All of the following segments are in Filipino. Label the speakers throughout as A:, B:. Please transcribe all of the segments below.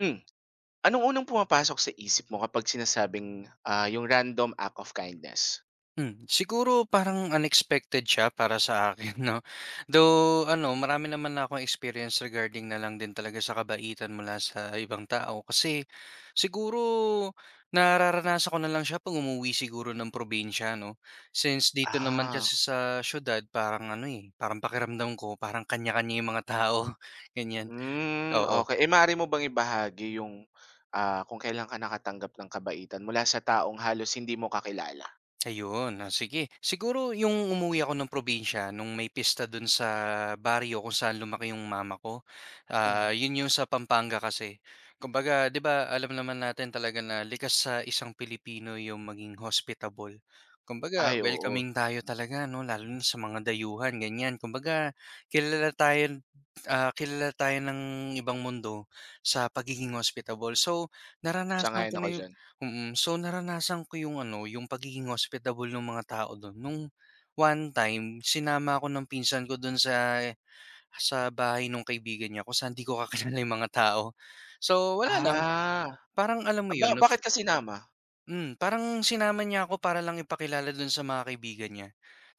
A: Hmm, anong unang pumapasok sa isip mo kapag sinasabing, yung random act of kindness?
B: Siguro parang unexpected siya para sa akin 'no. Though ano, marami naman na akong experience regarding na lang din talaga sa kabaitan mula sa ibang tao kasi siguro nararanasan ko na lang siya 'pag umuwi siguro ng probinsya 'no. Since dito naman
A: Ah,
B: kasi sa siyudad parang ano, eh, parang pakiramdam ko parang kanya-kanya yung mga tao, ganyan,
A: hmm,
B: oo.
A: okay e maaari mo bang ibahagi yung, kung kailan ka nakatanggap ng kabaitan mula sa taong halos hindi mo kakilala?
B: Ayun, sige. Siguro yung umuwi ako ng probinsya nung may pista dun sa baryo kung saan lumaki yung mama ko. Ah,
A: Mhm.
B: yun yung sa Pampanga kasi. Kumbaga, 'di ba, alam naman natin talaga na likas sa isang Pilipino yung maging hospitable. Kumbaga,
A: Ay, oo,
B: welcoming tayo talaga, no? Lalo na sa mga dayuhan, ganyan. Kumbaga, kilala tayo, kilala tayo ng ibang mundo sa pagiging hospitable. So,
A: sang
B: naranasan ko
A: ako
B: na yung
A: diyan.
B: Mm. So, naranasan ko yung ano, yung pagiging hospitable ng mga tao don. Nung one time, sinama ako ng pinsan ko don sa bahay nung kaibigan niya kung saan hindi ko kakilala yung mga tao. So, wala lang,
A: Ah,
B: parang alam mo
A: ba
B: yun,
A: bakit kasi sinama?
B: parang sinama niya ako para lang ipakilala dun sa mga kaibigan niya.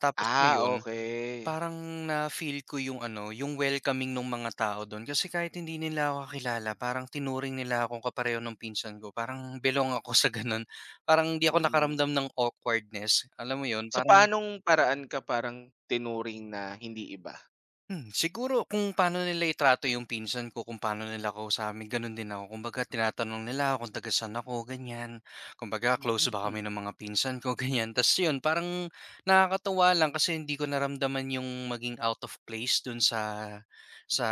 B: Tapos
A: Ah,
B: ngayon,
A: okay
B: parang na-feel ko yung ano, yung welcoming nung mga tao dun kasi kahit hindi nila ako kakilala parang tinuring nila akong kapareho ng pinsan ko, parang belong ako sa ganun. Parang hindi ako
A: mm.
B: nakaramdam ng awkwardness, alam mo yun?
A: Sa
B: Parang
A: paanong paraan ka parang tinuring na hindi iba?
B: Hmm, siguro kung paano nila yung pinsan ko, kung paano nila ako sa kausapin, gano'n din ako. Kumbaga tinatanong nila kung taga saan ako, ganyan. Kumbaga close ba
A: Hmm,
B: kami ng mga pinsan ko, ganyan. Tapos yun, parang nakakatuwa lang kasi hindi ko naramdaman yung maging out of place sa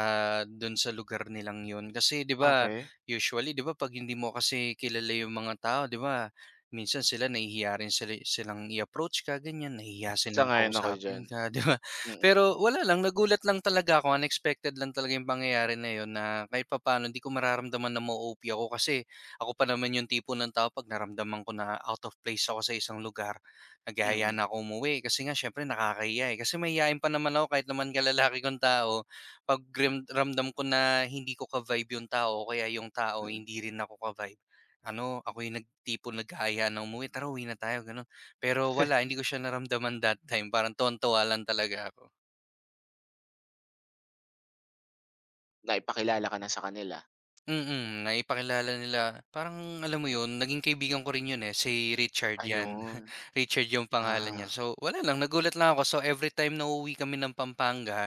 B: dun sa lugar nilang yun. Kasi 'di ba,
A: okey,
B: usually 'di ba pag hindi mo kasi kilala yung mga tao, 'di ba? Minsan sila nahihiya rin silang i-approach ka, ganyan, nahihiya silang
A: sang-ayon ako diyan.
B: kausapin ka, 'di ba?
A: Mm,
B: Pero wala lang, nagulat lang talaga ako, unexpected lang talaga yung pangyayari na yun na kahit papaano hindi ko mararamdaman na ma-OP ako kasi ako pa naman yung tipo ng tao 'pag naramdaman ko na out of place ako sa isang lugar, naghahaya
A: mm,
B: na ako umuwi kasi nga siyempre nakakahiya, eh. Kasi mahiyain pa naman ako kahit naman kalalaki kong tao, 'pag ramdam ko na hindi ko ka-vibe yung tao o kaya yung tao
A: mm.
B: hindi rin ako ka-vibe, ano, ako yung tipong naghahaya na umuwi, "Tara, uwi na tayo," gano'n. Pero wala, hindi ko siya naramdaman that time, parang tuwang lang talaga ako.
A: Naipakilala ka na sa kanila?
B: Mm, naipakilala nila parang alam mo 'yun, naging kaibigan ko rin 'yun, eh, si Richard 'yan.
A: Ayun,
B: Richard 'yung pangalan niya.
A: ah,
B: So, wala lang nagulat lang ako. So, every time na uuwi kami ng Pampanga,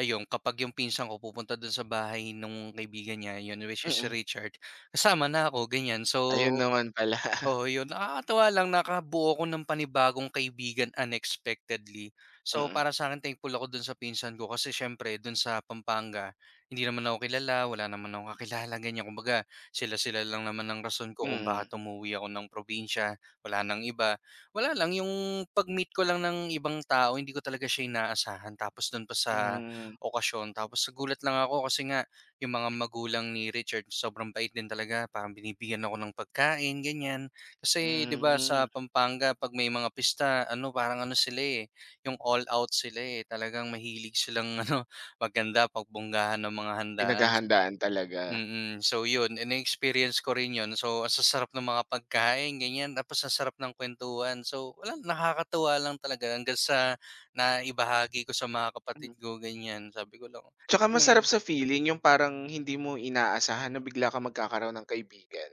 B: ayun kapag 'yung pinsan ko pupunta dun sa bahay nung kaibigan niya, 'yun which is si
A: mm.
B: Richard, kasama na ako, ganiyan. So,
A: Ayun naman pala.
B: oo, yun. Nakakatuwa lang nakabuo ako ng panibagong kaibigan unexpectedly. So,
A: Mm,
B: para sa akin thankful ako dun sa pinsan ko kasi siyempre dun sa Pampanga, hindi naman ako kilala, wala naman akong kakilala, ganyan. Kumbaga sila-sila lang naman ang rason ko kung bakit
A: mm,
B: umuwi ako ng probinsya, wala ng iba. Wala lang, yung pag-meet ko lang ng ibang tao hindi ko talaga siya inaasahan tapos dun pa sa
A: hmm,
B: okasyon. Tapos nagulat lang ako kasi nga yung mga magulang ni Richard sobrang bait din talaga, parang binibigyan ako ng pagkain, ganyan. Kasi 'di ba sa
A: hmm,
B: Pampanga 'pag may mga pista ano, parang ano sila, eh, yung all out sila, eh. Talagang mahilig silang ano, maghanda, pagbonggahan ng mga handaan.
A: pinaghahandaan talaga.
B: Mm, so yun, eh, na-experience ko rin yun. So, ang sasarap ng mga pagkain, ganyan, tapos ang sarap ng kuwentuhan. So, wala, nakakatuwa lang talaga hanggang sa naibahagi ko sa mga
A: Mm.
B: kapatid ko, ganyan. Sabi ko lang,
A: Tsaka masarap
B: may
A: sa feeling yung parang hindi mo inaasahan na bigla kang magkakaroon ng kaibigan,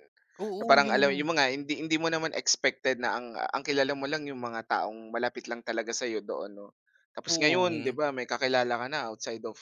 A: na
B: oo,
A: parang alam yung
B: yun.
A: mga hindi hindi mo naman expected na ang kilala mo lang yung mga taong malapit lang talaga sa'yo doon 'no. Tapos ngayon
B: Oo,
A: 'di ba may kakilala ka na outside of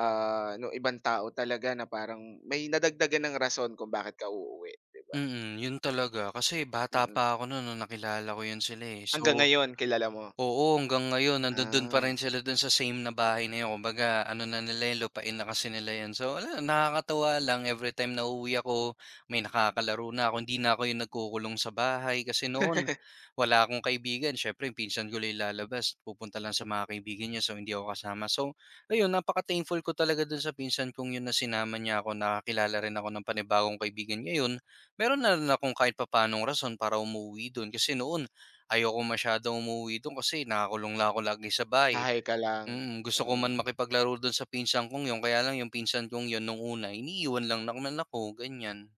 A: nung ibang tao talaga na parang may nadagdagan ng rason kung bakit ka uuwi, 'di ba?
B: yun talaga. Kasi bata
A: Mm.
B: pa ako nun nung nakilala ko yun sila, eh.
A: Hanggang
B: So,
A: ngayon kilala mo?
B: oo, hanggang ngayon nandun pa rin
A: Ah,
B: sila dun sa same na bahay na 'yon. Kumbaga ano na nila 'yon, lupain na kasi nila 'yan. So wala, nakakatuwa lang everytime na uuwi ako, may nakakalaro na ako. Hindi na ako 'yung nagkukulong sa bahay kasi noon wala akong kaibigan. Siyempre 'yung pinsan ko lang lalabas, pupunta lang sa mga kaibigan niya, so hindi ako kasama. So ayun, napaka-thankful ko talaga dun sa pinsan kong 'yun na sinama niya ako. Nakakilala rin ako ng panibagong kaibigan ngayon. Meron na rin akong kahit papanong rason para umuwi dun kasi noon, ayoko masyadong umuwi dun kasi nakakulong lang ako lagi sa bahay.
A: Bahay ka lang,
B: Mm, gusto ko
A: mm.
B: man makipaglaro dun sa pinsan kong yun, kaya lang yung pinsan kong yun nung una iniiwan lang naman ako, ganyan.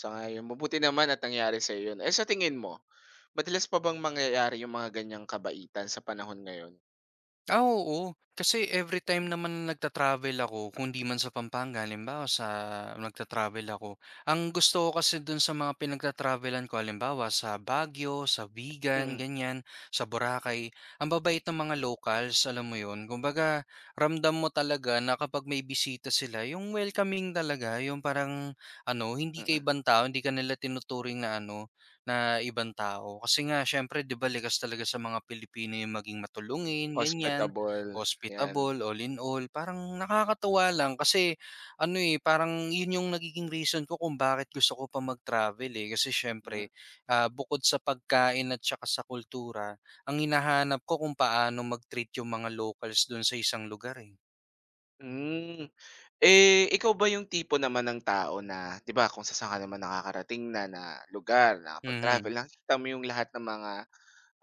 A: Sang-ayon. Mabuti naman at nangyari sa 'yun. Eh, sa tingin mo, madalas pa bang mangyayari yung mga ganiyang kabaitan sa panahon ngayon?
B: Ah, oo. Kasi every time naman nagta-travel ako kung 'di man sa Pampanga, halimbawa sa nagta-travel ako, ang gusto ko kasi dun sa mga pinagta travel ko, halimbawa sa Baguio, sa Vigan,
A: Mm,
B: ganyan, sa Boracay, ang babait ng mga locals, alam mo yun? Kumbaga, ramdam mo talaga na kapag may bisita sila, yung welcoming talaga, yung parang ano, hindi ka
A: mm.
B: ibang tao, hindi ka nila tinuturing na ano, na ibang tao kasi nga siyempre 'di ba likas talaga sa mga Pilipino yung maging matulungin ganyan,
A: Hospitable, 'yan.
B: hospitable, all in all. Parang nakakatawa lang kasi ano, eh, parang yun yung nagiging reason ko kung bakit gusto ko pa mag-travel, eh, kasi
A: Hmm,
B: siyempre, bukod sa pagkain at saka sa kultura, ang hinahanap ko kung paano mag-treat yung mga locals dun sa isang lugar, eh.
A: hmm. Eh, ikaw ba yung tipo naman ng tao na 'di ba kung sa saan ka naman nakakarating na na lugar,
B: Mhm.
A: nakapag-travel, nakikita mo yung lahat ng mga,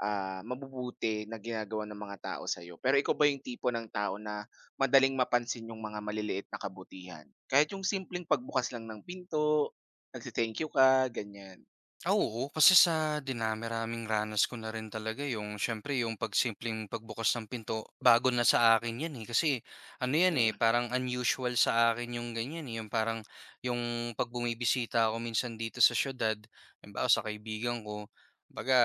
A: mabubuti na ginagawa ng mga tao sa'yo. Pero ikaw ba yung tipo ng tao na madaling mapansin yung mga maliliit na kabutihan? Kahit yung simpleng pagbukas lang ng pinto, nagte-thank you ka, ganyan.
B: Ah, oo, kasi sa dinami-raming ranas ko na rin talaga yung siyempre yung pagsimpleng pagbukas ng pinto, bago na sa akin 'yan, eh. Kasi ano 'yan, eh,
A: Mm,
B: parang unusual sa akin yung ganyan, eh, yung parang yung 'pag bumibisita ako minsan dito sa siyudad, halimbawa sa kaibigan ko, kumbaga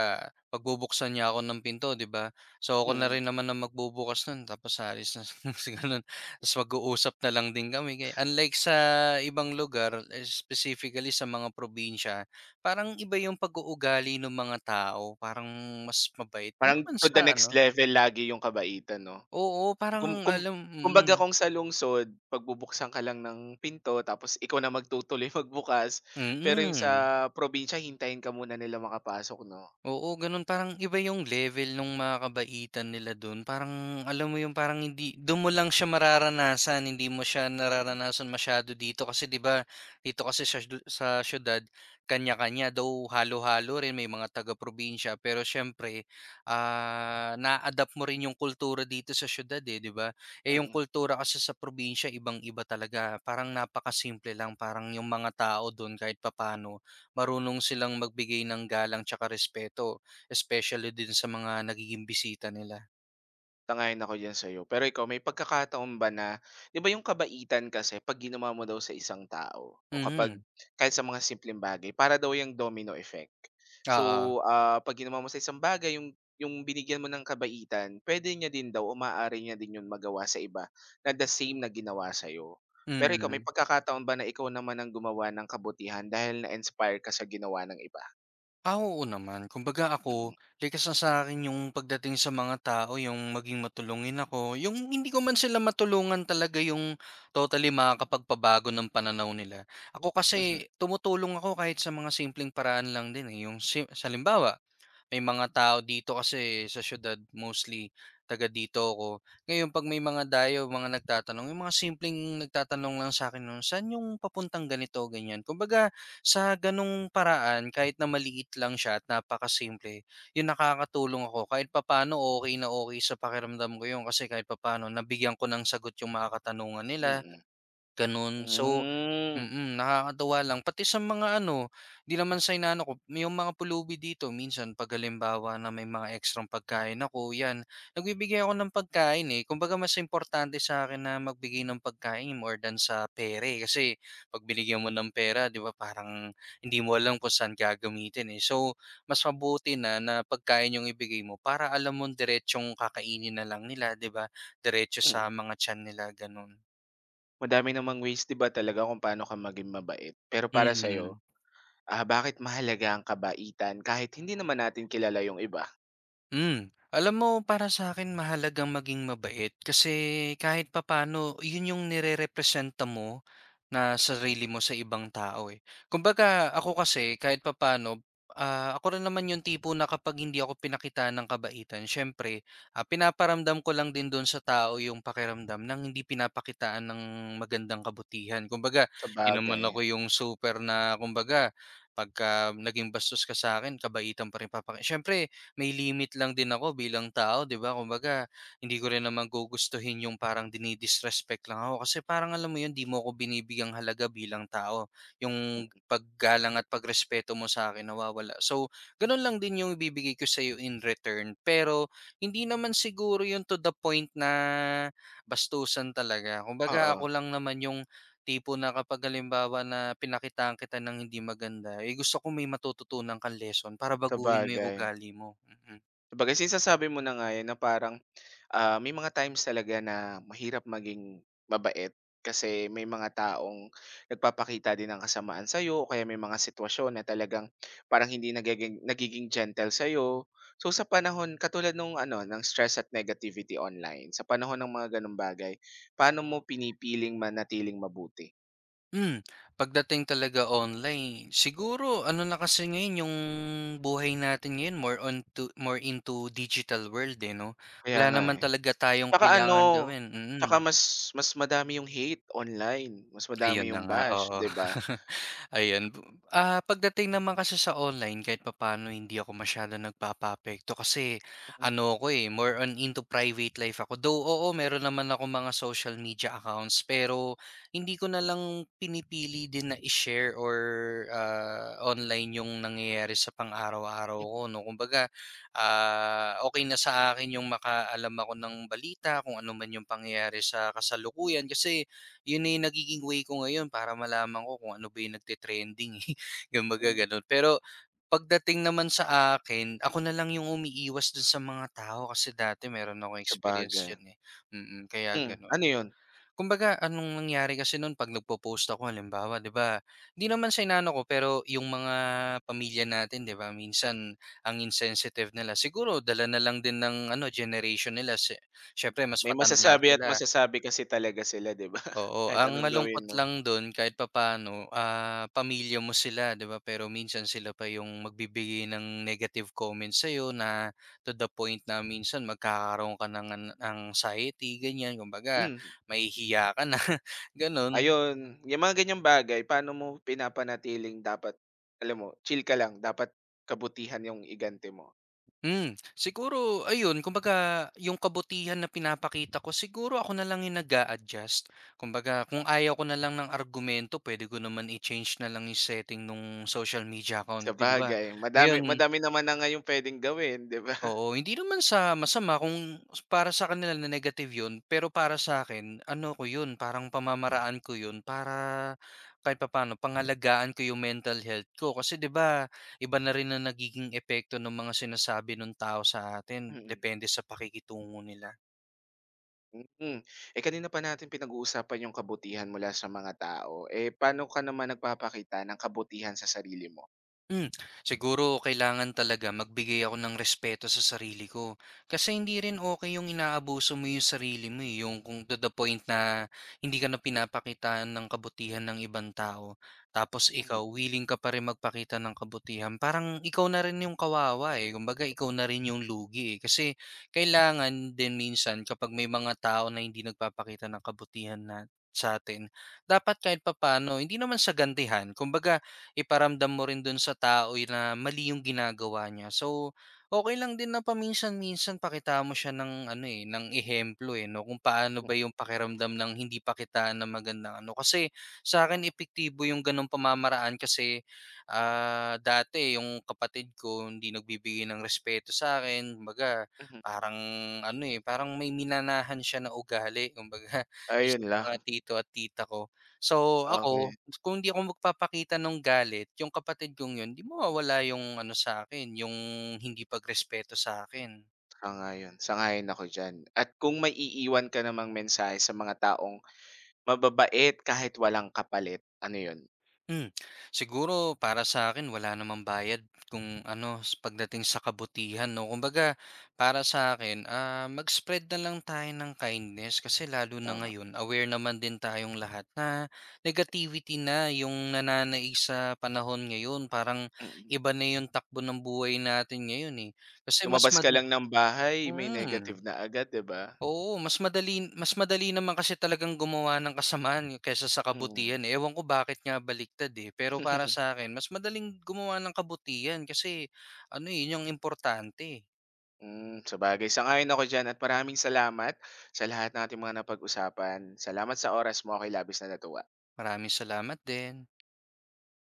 B: pagbubuksan niya ako ng pinto, 'di ba? So, ako na
A: mm.
B: rin naman ang magbubukas nun tapos aalis na si gano'n. Tapos mag-uusap na lang din kami, ganyan. Unlike sa ibang lugar, eh, specifically sa mga probinsya. Parang iba yung pag-uugali ng mga tao, parang mas mabait din
A: Parang
B: naman
A: to the
B: sa
A: next
B: ano,
A: level lagi yung kabaitan 'no?
B: oo parang
A: Kum kum
B: alam
A: kumbaga kung sa lungsod pagbubuksan ka lang ng pinto tapos ikaw na magtutuloy magbukas, pero yung sa
B: mm.
A: probinsya hintayin ka muna nila makapasok 'no?
B: Oo, gano'n. Parang iba yung level nung mga kabaitan nila dun. Parang alam mo yung parang hindi dun mo lang siya mararanasan, hindi mo siya
A: Mm,
B: nararanasan masyado dito kasi 'di ba, dito kasi sa siyudad kanya-kanya, though halo-halo rin, may mga taga-probinsya. Pero siyempre, naa-adapt mo rin yung kultura dito sa siyudad, eh, 'di ba? Eh, yung
A: mm.
B: kultura kasi sa probinsya ibang-iba talaga. Parang napakasimple lang, parang yung mga tao dun kahit papaano marunong silang magbigay ng galang tsaka respeto, especially din sa mga nagiging bisita nila.
A: Sang-ayon ako diyan sa'yo. Pero ikaw, may pagkakataon ba na 'di ba yung kabaitan kasi 'pag ginawa mo daw sa isang tao o kapag
B: Mhm,
A: kahit sa mga simpleng bagay para daw yung domino effect.
B: oo,
A: So, 'pag ginawa mo sa isang bagay yung binigyan mo ng kabaitan, puwede niya din daw o maaari niya din yun magawa sa iba na the same na ginawa sa'yo. Pero ikaw, may
B: mm.
A: pagkakataon ba na ikaw naman ang gumawa ng kabutihan dahil na-inspire ka sa ginawa ng iba?
B: Ah, oo naman. Kumbaga
A: Mm.
B: ako, likas na sa'kin yung pagdating sa mga tao, yung maging matulungin ako, yung hindi ko man sila matulungan talaga yung totally makakapagpabago ng pananaw nila. Ako
A: Mhm.
B: kasi tumutulong ako kahit sa mga simpleng paraan lang din, eh, yung si sa may mga tao dito kasi sa siyudad mostly taga dito ako. Ngayon 'pag may mga dayo, mga nagtatanong, yung mga simpleng nagtatanong lang sa akin nun, "Saan yung papuntang ganito?" ganyan. Kumbaga sa gano'ng paraan kahit na maliit lang siya at napakasimple, yun nakakatulong ako kahit papaano okey na okey sa pakiramdam ko yun kasi kahit papaano nabigyan ko ng sagot yung mga katanungan nila.
A: Mm.
B: Gano'n. So
A: Hmm.
B: nakakatuwa lang. Pati sa mga ano, di naman sa inaano ko, may yung mga pulubi dito minsan 'pag halimbawa na may mga ekstrang pagkain ako, 'yan, nagbibigay ako ng pagkain, eh. Kumbaga mas importante sa akin na magbigay ng pagkain more than sa pere. Kasi 'pag binigyan mo ng pera, 'di ba, parang hindi mo alam kung saan gagamitin, eh. So, mas mabuti na na pagkain yung ibigay mo para alam mo diretsong kakainin na lang nila, 'di ba? Diretso
A: Mm.
B: sa mga tiyan nila, gano'n.
A: Madami namang ways 'di ba talaga kung paano ka maging mabait. Pero para sa'yo,
B: Mm.
A: bakit mahalaga ang kabaitan kahit hindi naman natin kilala yung iba?
B: Alam mo para sa akin mahalagang maging mabait kasi kahit papaano yun yung nirerepresenta mo na sarili mo sa ibang tao, eh. Kumbaga ako kasi kahit papaano, ako rin naman yung tipo na kapag hindi ako pinakita ng kabaitan siyempre, pinaparamdam ko lang din dun sa tao yung pakiramdam ng hindi pinapakitaan ng magandang kabutihan. Kumbaga di naman
A: Sabagay,
B: ako yung super na kumbaga pagka naging bastos ka sa akin kabaitan pa rin papaki siyempre may limit lang din ako bilang tao, 'di ba? Kumbaga, hindi ko rin naman gugustuhin yung parang dini-disrespect lang ako kasi parang alam mo yun, 'di mo ako binibigyang halaga bilang tao. Yung
A: hmm,
B: paggalang at pagrespeto mo sa akin nawawala. So, ganun lang din yung ibibigay ko sa iyo in return. Pero hindi naman siguro yun to the point na bastusan talaga. Kumbaga,
A: oo,
B: ako lang naman yung tipo na kapag halimbawa na pinakitaan kita ng hindi maganda, eh, gusto ko may matututunan kang lesson para baguhin mo yung
A: sabagay.
B: ugali mo, mm.
A: Sabagay sinasabi mo na nga yan na parang, may mga times talaga na mahirap maging mabait kasi may mga taong nagpapakita din ng kasamaan sa'yo o kaya may mga sitwasyon na talagang parang hindi nagiging nagiging gentle sa'yo. So, sa panahon katulad nung ano, ng stress at negativity online, sa panahon ng mga gano'ng bagay, paano mo pinipiling manatiling mabuti?
B: Hmm, pagdating talaga online, siguro ano na kasi ngayon yung buhay natin ngayon more on to more into digital world, eh, 'no?
A: Kaya
B: Wala
A: nga,
B: naman
A: eh.
B: talaga tayong
A: 'Tsaka ano,
B: kailangan gawin, mm.
A: 'tsaka mas mas madami yung hate online, mas madami
B: Ayun na
A: yung
B: nga,
A: bash,
B: oo.
A: 'di ba?
B: Ayan, pagdating naman kasi sa online kahit papaano hindi ako masyadong nagpapaapekto kasi ano ako, eh, more on into private life ako. Though, oo, meron naman ako mga social media accounts pero hindi ko na lang pinipili din na i-share or, online yung nangyayari sa pang-araw-araw ko 'no. Kumbaga, okay na sa akin yung makaalam ako ng balita kung ano man yung pangyayari sa kasalukuyan kasi yun na yung nagiging way ko ngayon para malaman ko kung ano ba yung nagte-trending, eh, kumbaga
A: Hmm,
B: gano'n. Pero pagdating naman sa akin, ako na lang yung umiiwas dun sa mga tao kasi dati meron akong experience
A: sabagay.
B: yun eh, kaya
A: Hmm,
B: gano'n.
A: ano 'yun?
B: Kumbaga anong nangyari kasi nun 'pag nagpo-post ako halimbawa 'di ba, hindi naman sa inaano ko pero yung mga pamilya natin 'di ba minsan ang insensitive nila. Siguro dala na lang din ng ano generation nila siyempre mas
A: May
B: matanda
A: masasabi at
B: sila.
A: masasabi kasi talaga sila 'di ba?
B: Oo,
A: Kahit
B: ang
A: anong gawin
B: malungkot
A: mo.
B: lang dun kahit papaano, ah, pamilya mo sila 'di ba, pero minsan sila pa yung magbibigay ng negative comments sa'yo na to the point na minsan magkakaroon ka ng anxiety ganyan, kumbaga
A: Hmm,
B: mahihiya ka na ganun.
A: ayun, yung mga ganyang bagay paano mo pinapanatiling dapat alam mo, chill ka lang dapat kabutihan yung iganti mo.
B: Siguro ayun kumbaga yung kabutihan na pinapakita ko siguro ako na lang yung nag-a-adjust. Kumbaga kung ayaw ko na lang ng argumento pwede ko naman i-change na lang yung setting nung social media account ko, 'di ba?
A: Sabagay madami
B: Ngayon
A: madami naman na ngayong puwedeng gawin 'di ba?
B: Oo, hindi naman sa masama kung para sa kanila na negative 'yun, pero para sa akin ano ko 'yun, parang pamamaraan ko 'yun para kahit papaano pangalagaan ko 'yung mental health ko. Kasi 'di ba, iba na rin na nagiging epekto ng mga sinasabi nung tao sa atin
A: Mm,
B: depende sa pakikitungo nila.
A: mm. Mm. Eh, kanina pa natin pinag-uusapan yung kabutihan mula sa mga tao, eh, paano ka naman nagpapakita ng kabutihan sa sarili mo?
B: Hmm, siguro kailangan talaga magbigay ako ng respeto sa sarili ko. Kasi hindi rin okay yung inaabuso mo yung sarili mo, eh, yung kung to the point na hindi ka na pinapakitaan ng kabutihan ng ibang tao, tapos
A: Mhm,
B: ikaw willing ka pa rin magpakita ng kabutihan. Parang ikaw na rin yung kawawa, eh, kumbaga ikaw na rin yung lugi, eh. Kasi kailangan din minsan kapag may mga tao na hindi nagpapakita ng kabutihan na sa'tin, dapat kahit papano hindi naman sa gantihan, kumbaga iparamdam mo rin dun sa tao yun na mali yung ginagawa niya. So, okay lang din na paminsan-minsan pakita mo siya ng ano, eh, ng ehemplo, eh, 'no, kung paano
A: mm,
B: ba yung pakiramdam ng hindi pakita na magandang ano. Kasi sa akin epektibo yung gano'ng pamamaraan kasi, dati yung kapatid ko hindi nagbibigay ng respeto sa akin. Kumbaga
A: mhm.
B: parang ano, eh, parang may minanahan siya na ugali kumbaga is
A: Ayun lang,
B: mga tito at tita ko. So,
A: okay.
B: ako kung hindi ako magpapakita ng galit, yung kapatid kong yun, 'di mawawala yung ano sa akin, yung hindi pagrespeto sa akin.
A: Sang-ayon, sang ako diyan. At kung mai-iiwan ka namang mensahe sa mga taong mababait kahit walang kapalit, ano 'yun,
B: Hmm, siguro para sa'kin wala namang bayad kung ano, pagdating sa kabutihan 'no. Kumbaga para sa'kin, mag-spread na lang tayo ng kindness kasi lalo na
A: tama,
B: ngayon aware naman din tayong lahat na negativity na yung nananaig sa panahon ngayon. Parang
A: mm.
B: iba na yung takbo ng buhay natin ngayon, eh. Kasi mas
A: Lumabas ka
B: mada
A: lang ng bahay may negative
B: mm.
A: na agad, 'di ba?
B: Oo, mas madali naman kasi talagang gumawa ng kasamaan kaysa sa
A: Mm.
B: kabutihan, eh. Ewan ko bakit nga baliktad, eh. Pero para sa akin mas madaling gumawa ng kabutihan kasi ano, eh, yun yung importante.
A: Sabagay sang-ayon ako diyan at maraming salamat sa lahat ng ating mga napag-usapan. Salamat sa oras mo, ako'y labis na natuwa.
B: Maraming salamat din.